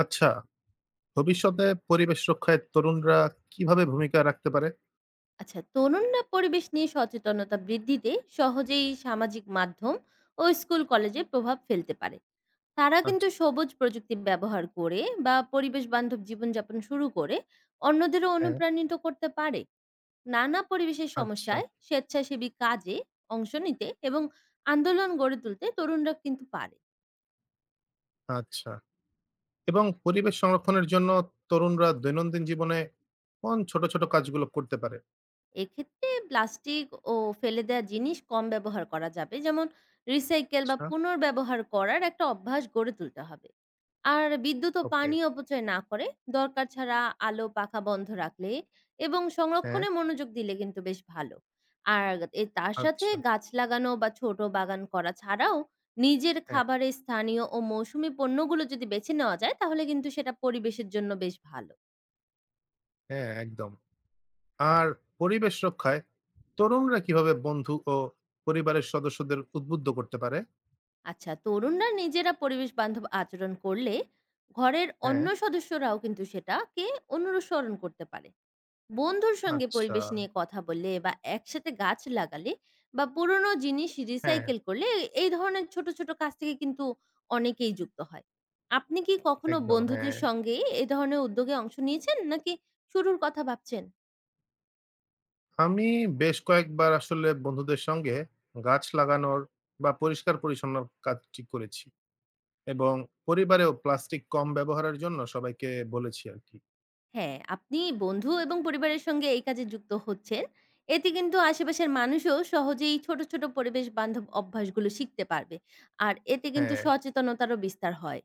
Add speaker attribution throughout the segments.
Speaker 1: আচ্ছা, ভবিষ্যতে পরিবেশ রক্ষায় তরুণরা কিভাবে ভূমিকা রাখতে পারে?
Speaker 2: আচ্ছা তরুণরা পরিবেশ নিয়ে সচেতনতা বৃদ্ধিতে সহজেই সামাজিক মাধ্যম ও স্কুল কলেজে প্রভাব ফেলতে পারে। তারা কিন্তু
Speaker 1: আচ্ছা,
Speaker 2: সবুজ প্রযুক্তি ব্যবহার করে বা পরিবেশ বান্ধব জীবনযাপন শুরু করে অন্যদেরও
Speaker 1: হ্যাঁ,
Speaker 2: অনুপ্রাণিত করতে পারে। নানা পরিবেশের
Speaker 1: আচ্ছা,
Speaker 2: সমস্যায় স্বেচ্ছাসেবী কাজে অংশ নিতে এবং আন্দোলন গড়ে তুলতে তরুণরা কিন্তু পারে।
Speaker 1: আচ্ছা। এবং পরিবেশ সংরক্ষণের জন্য তরুণরা দৈনন্দিন জীবনে কোন ছোট, ছোট কাজগুলো করতে পারে?
Speaker 2: এক্ষেত্রে প্লাস্টিক ও ফেলে দেওয়া জিনিস কম ব্যবহার করা যাবে, যেমন রিসাইকেল বা
Speaker 1: আচ্ছা,
Speaker 2: পুনর্ব্যবহার করার একটা অভ্যাস গড়ে তুলতে হবে। আর বিদ্যুৎ ও
Speaker 1: ওকে,
Speaker 2: পানি অপচয় না করে দরকার ছাড়া আলো পাখা বন্ধ রাখলে এবং
Speaker 1: হ্যাঁ,
Speaker 2: সংরক্ষণে মনোযোগ দিলে কিন্তু বেশ ভালো। আর এ তার সাথে
Speaker 1: আচ্ছা,
Speaker 2: গাছ লাগানো বা ছোট বাগান করা ছাড়াও নিজের
Speaker 1: হ্যাঁ,
Speaker 2: খাবারে স্থানীয় ও মৌসুমী পণ্যগুলো যদি বেছে নেওয়া যায় তাহলে কিন্তু সেটা পরিবেশের জন্য বেশ ভালো।
Speaker 1: হ্যাঁ, একদম। আর পরিবেশ রক্ষায় তরুণরা কিভাবে বন্ধু ও পরিবারের সদস্যদের উদ্বুদ্ধ করতে পারে?
Speaker 2: আচ্ছা তরুণরা নিজেরা পরিবেশ বান্ধব আচরণ করলে ঘরের
Speaker 1: হ্যাঁ,
Speaker 2: অন্য সদস্যরাও কিন্তু সেটাকে অনুসরণ করতে পারে। বন্ধুর সঙ্গে
Speaker 1: আচ্ছা,
Speaker 2: পরিবেশ নিয়ে কথা বললে বা একসাথে গাছ লাগালে বা পুরনো জিনিস
Speaker 1: হ্যাঁ,
Speaker 2: রিসাইকেল করলে এই ধরনের ছোট ছোট কাজ থেকে কিন্তু অনেকেই যুক্ত হয়। আপনি কি কখনো
Speaker 1: একদম, হ্যাঁ।
Speaker 2: বন্ধুদের সঙ্গে এ ধরনের উদ্যোগে অংশ নিয়েছেন, নাকি শুরুর কথা ভাবছেন?
Speaker 1: আমি বেশ কয়েকবার আসলে বন্ধুদের সঙ্গে গাছ লাগানোর বা পরিষ্কার পরিচ্ছন্নর কাজটি করেছি, এবং পরিবারেও প্লাস্টিক কম ব্যবহারের জন্য সবাইকে বলেছি আর কি।
Speaker 2: হ্যাঁ, আপনি বন্ধু এবং পরিবারের সঙ্গে এই কাজে যুক্ত হচ্ছেন। এতে কিন্তু আশেপাশের মানুষও সহজেই ছোট, ছোট পরিবেশ বান্ধব অভ্যাসগুলো শিখতে পারবে। আর এতে কিন্তু
Speaker 1: হ্যাঁ,
Speaker 2: সচেতনতারও বিস্তার হয়।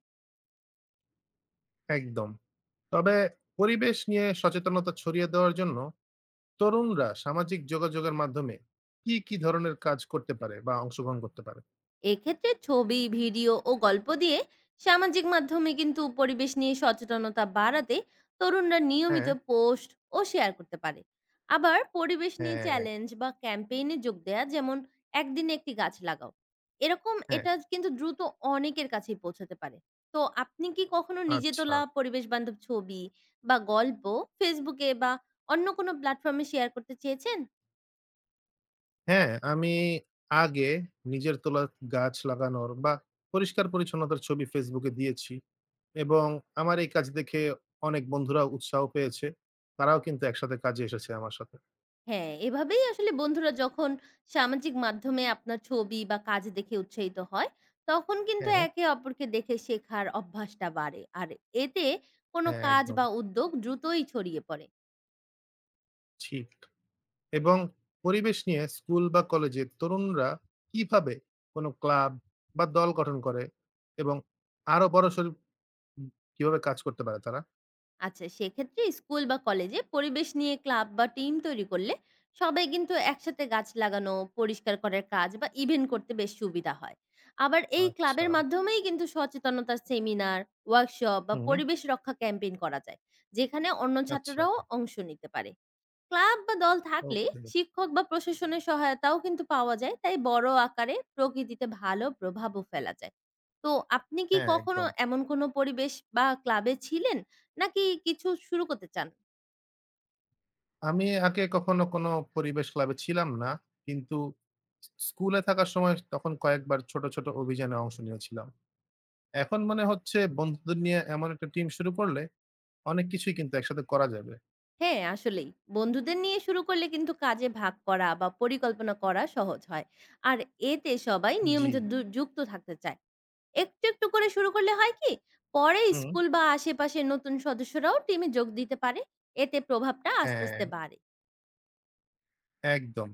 Speaker 1: একদম। তবে পরিবেশ নিয়ে সচেতনতা ছড়িয়ে দেওয়ার জন্য তরুণরা সামাজিক যোগাযোগের মাধ্যমে কি কি ধরনের কাজ করতে পারে বা অংশগ্রহণ করতে পারে?
Speaker 2: এক্ষেত্রে ছবি, ভিডিও ও গল্প দিয়ে সামাজিক মাধ্যমে কিন্তু পরিবেশ নিয়ে সচেতনতা বাড়াতে তরুণরা নিয়মিত
Speaker 1: হ্যাঁ,
Speaker 2: পোস্ট ও শেয়ার করতে পারে। আবার পরিবেশ নিয়ে
Speaker 1: হ্যাঁ,
Speaker 2: চ্যালেঞ্জ বা ক্যাম্পেইনে যোগ দেয়া, যেমন একদিনে একটি গাছ লাগাও এরকম,
Speaker 1: হ্যাঁ,
Speaker 2: এটা কিন্তু দ্রুত অনেকের কাছেই পৌঁছাতে পারে। তো আপনি কি কখনো নিজে
Speaker 1: আচ্ছা,
Speaker 2: তোলা পরিবেশ বান্ধব ছবি বা গল্প ফেসবুকে বা অন্য কোনো প্ল্যাটফর্মে শেয়ার করতে চেয়েছেন?
Speaker 1: হ্যাঁ। আমি আগে নিজের তোলা গাছ লাগানোর বা পরিষ্কার পরিচ্ছন্নতার ছবি ফেসবুকে দিয়েছি, এবং আমার এই কাজ দেখে অনেক বন্ধুরাও উৎসাহ পেয়েছে। তারাও কিন্তু একসাথে কাজে এসেছে আমার সাথে।
Speaker 2: হ্যাঁ, এভাবেই আসলে বন্ধুরা যখন সামাজিক মাধ্যমে আপনার ছবি বা কাজ দেখে উৎসাহিত হয়, তখন কিন্তু
Speaker 1: হ্যাঁ, হ্যাঁ,
Speaker 2: একে অপরকে দেখে শেখার অভ্যাসটা বাড়ে। আর এতে কোনো
Speaker 1: হ্যাঁ,
Speaker 2: কাজ
Speaker 1: একদম
Speaker 2: বা উদ্যোগ দ্রুতই ছড়িয়ে পড়ে।
Speaker 1: ঠিক। এবং পরিবেশ নিয়ে স্কুল বা কলেজে তরুণরা কিভাবে কোনো ক্লাব বা দল গঠন করে এবং আরো বড়সড়, উম কিভাবে কাজ করতে পারে তারা?
Speaker 2: আচ্ছা সেক্ষেত্রে স্কুল বা কলেজে পরিবেশ নিয়ে ক্লাব বা টিম তৈরি করলে সবাই কিন্তু একসাথে গাছ লাগানো, পরিষ্কার করার কাজ বা ইভেন্ট করতে বেশ সুবিধা হয়। আবার এই
Speaker 1: আচ্ছা।
Speaker 2: ক্লাবের মাধ্যমেই কিন্তু সচেতনতার সেমিনার, ওয়ার্কশপ বা
Speaker 1: হুম,
Speaker 2: পরিবেশ রক্ষা ক্যাম্পেইন করা যায়, যেখানে অন্য
Speaker 1: আচ্ছা।
Speaker 2: ছাত্ররাও অংশ নিতে পারে। ক্লাব বা দল থাকলে
Speaker 1: ওকে।
Speaker 2: শিক্ষক বা প্রশাসনের সহায়তাও কিন্তু পাওয়া যায়, তাই বড় আকারে প্রকৃতিতে ভালো প্রভাবও ফেলা যায়। তো আপনি কি
Speaker 1: হ্যাঁ,
Speaker 2: কখনো
Speaker 1: একদম।
Speaker 2: এমন কোনো পরিবেশ বা ক্লাবে ছিলেন, নাকি কিছু শুরু করতে চান?
Speaker 1: আমি আগে কখনো কোনো পরিবেশ ক্লাবে ছিলাম না। কিন্তু স্কুলে থাকার সময় তখন কয়েকবার ছোট, ছোট অভিযানে অংশ নিয়েছিলাম। এখন মনে হচ্ছে বন্ধুদের নিয়ে এমন একটা টিম শুরু করলে অনেক কিছুই কিন্তু একসাথে করা যাবে।
Speaker 2: হ্যাঁ আসলেই, বন্ধুদের নিয়ে শুরু করলে কিন্তু কাজে ভাগ করা বা পরিকল্পনা করা সহজ হয়। আর এতে সবাই
Speaker 1: জি।
Speaker 2: নিয়মিত যুক্ত থাকতে চায়। একটু একটু করে শুরু করলে হয় কি, পরে
Speaker 1: হুম।
Speaker 2: স্কুল বা আশেপাশের নতুন সদস্যরাও টিমে যোগ দিতে পারে। এতে প্রভাবটা আস্তে
Speaker 1: হ্যাঁ,
Speaker 2: আস্তে বাড়ে।
Speaker 1: একদম।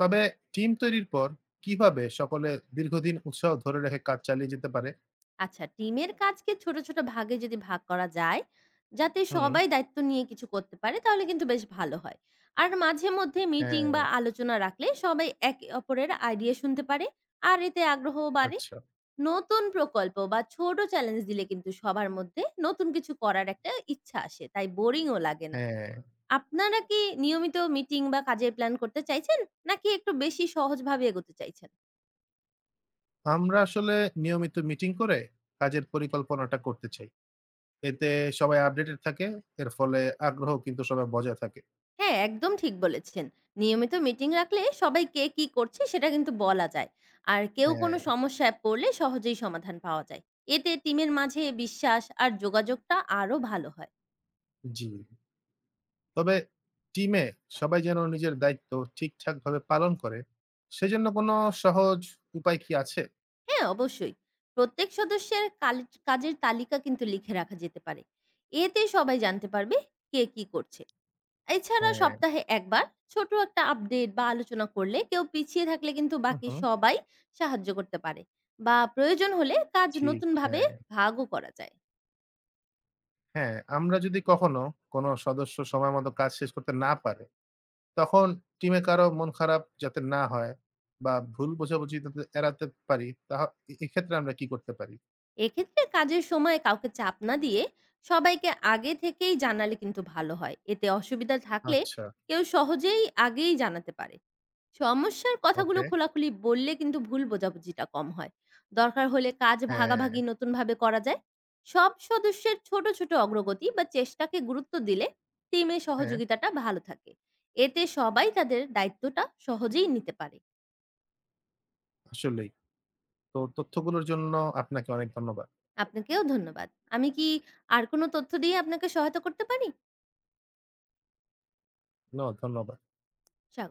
Speaker 1: তবে টিম তৈরির পর কিভাবে সকলে দীর্ঘদিন উৎসাহ ধরে রেখে কাজ চালিয়ে যেতে পারে?
Speaker 2: আচ্ছা, টিমের কাজকে ছোট, ছোট ভাগে যদি ভাগ করা যায়, যাতে
Speaker 1: হুম।
Speaker 2: সবাই দায়িত্ব নিয়ে কিছু করতে পারে, তাহলে কিন্তু বেশ ভালো হয়। আর মাঝে মধ্যে মিটিং বা
Speaker 1: হ্যাঁ,
Speaker 2: আলোচনা রাখলে সবাই একে অপরের আইডিয়া শুনতে পারে, আর এতে আগ্রহও বাড়ে।
Speaker 1: আচ্ছা।
Speaker 2: নতুন প্রকল্প বা ছোট চ্যালেঞ্জ দিলে কিন্তু সবার মধ্যে নতুন কিছু করার একটা ইচ্ছা আসে, তাই বোরিংও লাগে না।
Speaker 1: হ্যাঁ,
Speaker 2: আপনারা কি নিয়মিত মিটিং বা কাজের প্ল্যান করতে চাইছেন? নাকি একটু বেশি সহজভাবে এগোতে চাইছেন?
Speaker 1: আমরা আসলে নিয়মিত মিটিং করে কাজের পরিকল্পনাটা করতে চাই। এতে সবাই আপডেটেড থাকে। এর ফলে আগ্রহ কিন্তু সবার বজায় থাকে।
Speaker 2: হ্যাঁ, একদম ঠিক বলেছেন। নিয়মিত মিটিং রাখলে সবাই কে কি করছে সেটা কিন্তু বলা যায়। আর কেউ
Speaker 1: হ্যাঁ,
Speaker 2: কোনো সমস্যায় পড়লে সহজেই সমাধান পাওয়া যায়। এতে টিমের মাঝে বিশ্বাস আর যোগাযোগটা আরো ভালো হয়।
Speaker 1: জি। তবে টিমে সবাই যেন নিজের দায়িত্ব ঠিকঠাকভাবে পালন করে, সেজন্য কোনো সহজ উপায় কি আছে?
Speaker 2: হ্যাঁ, অবশ্যই। প্রত্যেক সদস্যের কালেজ কাজের তালিকা কিন্তু লিখে রাখা যেতে পারে। এতে সবাই জানতে পারবে কে কি করছে। এছাড়া
Speaker 1: হ্যাঁ,
Speaker 2: সপ্তাহে একবার ছোট একটা আপডেট বা আলোচনা করলে কেউ পিছিয়ে থাকলে কিন্তু
Speaker 1: হু,
Speaker 2: বাকি
Speaker 1: হু,
Speaker 2: সবাই সাহায্য করতে পারে বা প্রয়োজন হলে কাজ
Speaker 1: ঠিক,
Speaker 2: নতুনভাবে
Speaker 1: হ্যাঁ।
Speaker 2: ভাগও করা যায়।
Speaker 1: হ্যাঁ, আমরা যদি কখনো কোনো সদস্য সময়মতো কাজ শেষ করতে না পারে, তখন টিমে কারো মন খারাপ যাতে না হয় বা ভুল বোঝাবুঝি যাতে এড়াতে পারি, তাহ এ এক্ষেত্রে আমরা কি করতে পারি?
Speaker 2: এক্ষেত্রে কাজের সময় কাউকে চাপ না দিয়ে সবাইকে আগে থেকেই জানালে কিন্তু ভালো হয়। এতে অসুবিধা থাকলে
Speaker 1: আচ্ছা,
Speaker 2: কেউ সহজেই আগেই জানাতে পারে। সমস্যার কথাগুলো
Speaker 1: ওকে।
Speaker 2: খোলাখুলি বললে কিন্তু ভুল বোঝাবুঝিটা কম হয়। দরকার হলে কাজ
Speaker 1: হ্যাঁ,
Speaker 2: ভাগাভাগি নতুনভাবে করা যায়। সব সদস্যের ছোট ছোট অগ্রগতি বা চেষ্টাকে গুরুত্ব দিলে টিমের
Speaker 1: হ্যাঁ,
Speaker 2: সহযোগিতাটা ভালো থাকে। এতে সবাই তাদের দায়িত্বটা সহজেই নিতে পারে।
Speaker 1: আসলেই। তো তথ্যগুলোর জন্য আপনাকে অনেক ধন্যবাদ।
Speaker 2: আপনাকেও ধন্যবাদ। আমি কি আর কোনো তথ্য দিয়ে আপনাকে সহায়তা করতে পারি?
Speaker 1: ধন্যবাদ।
Speaker 2: স্বাগত।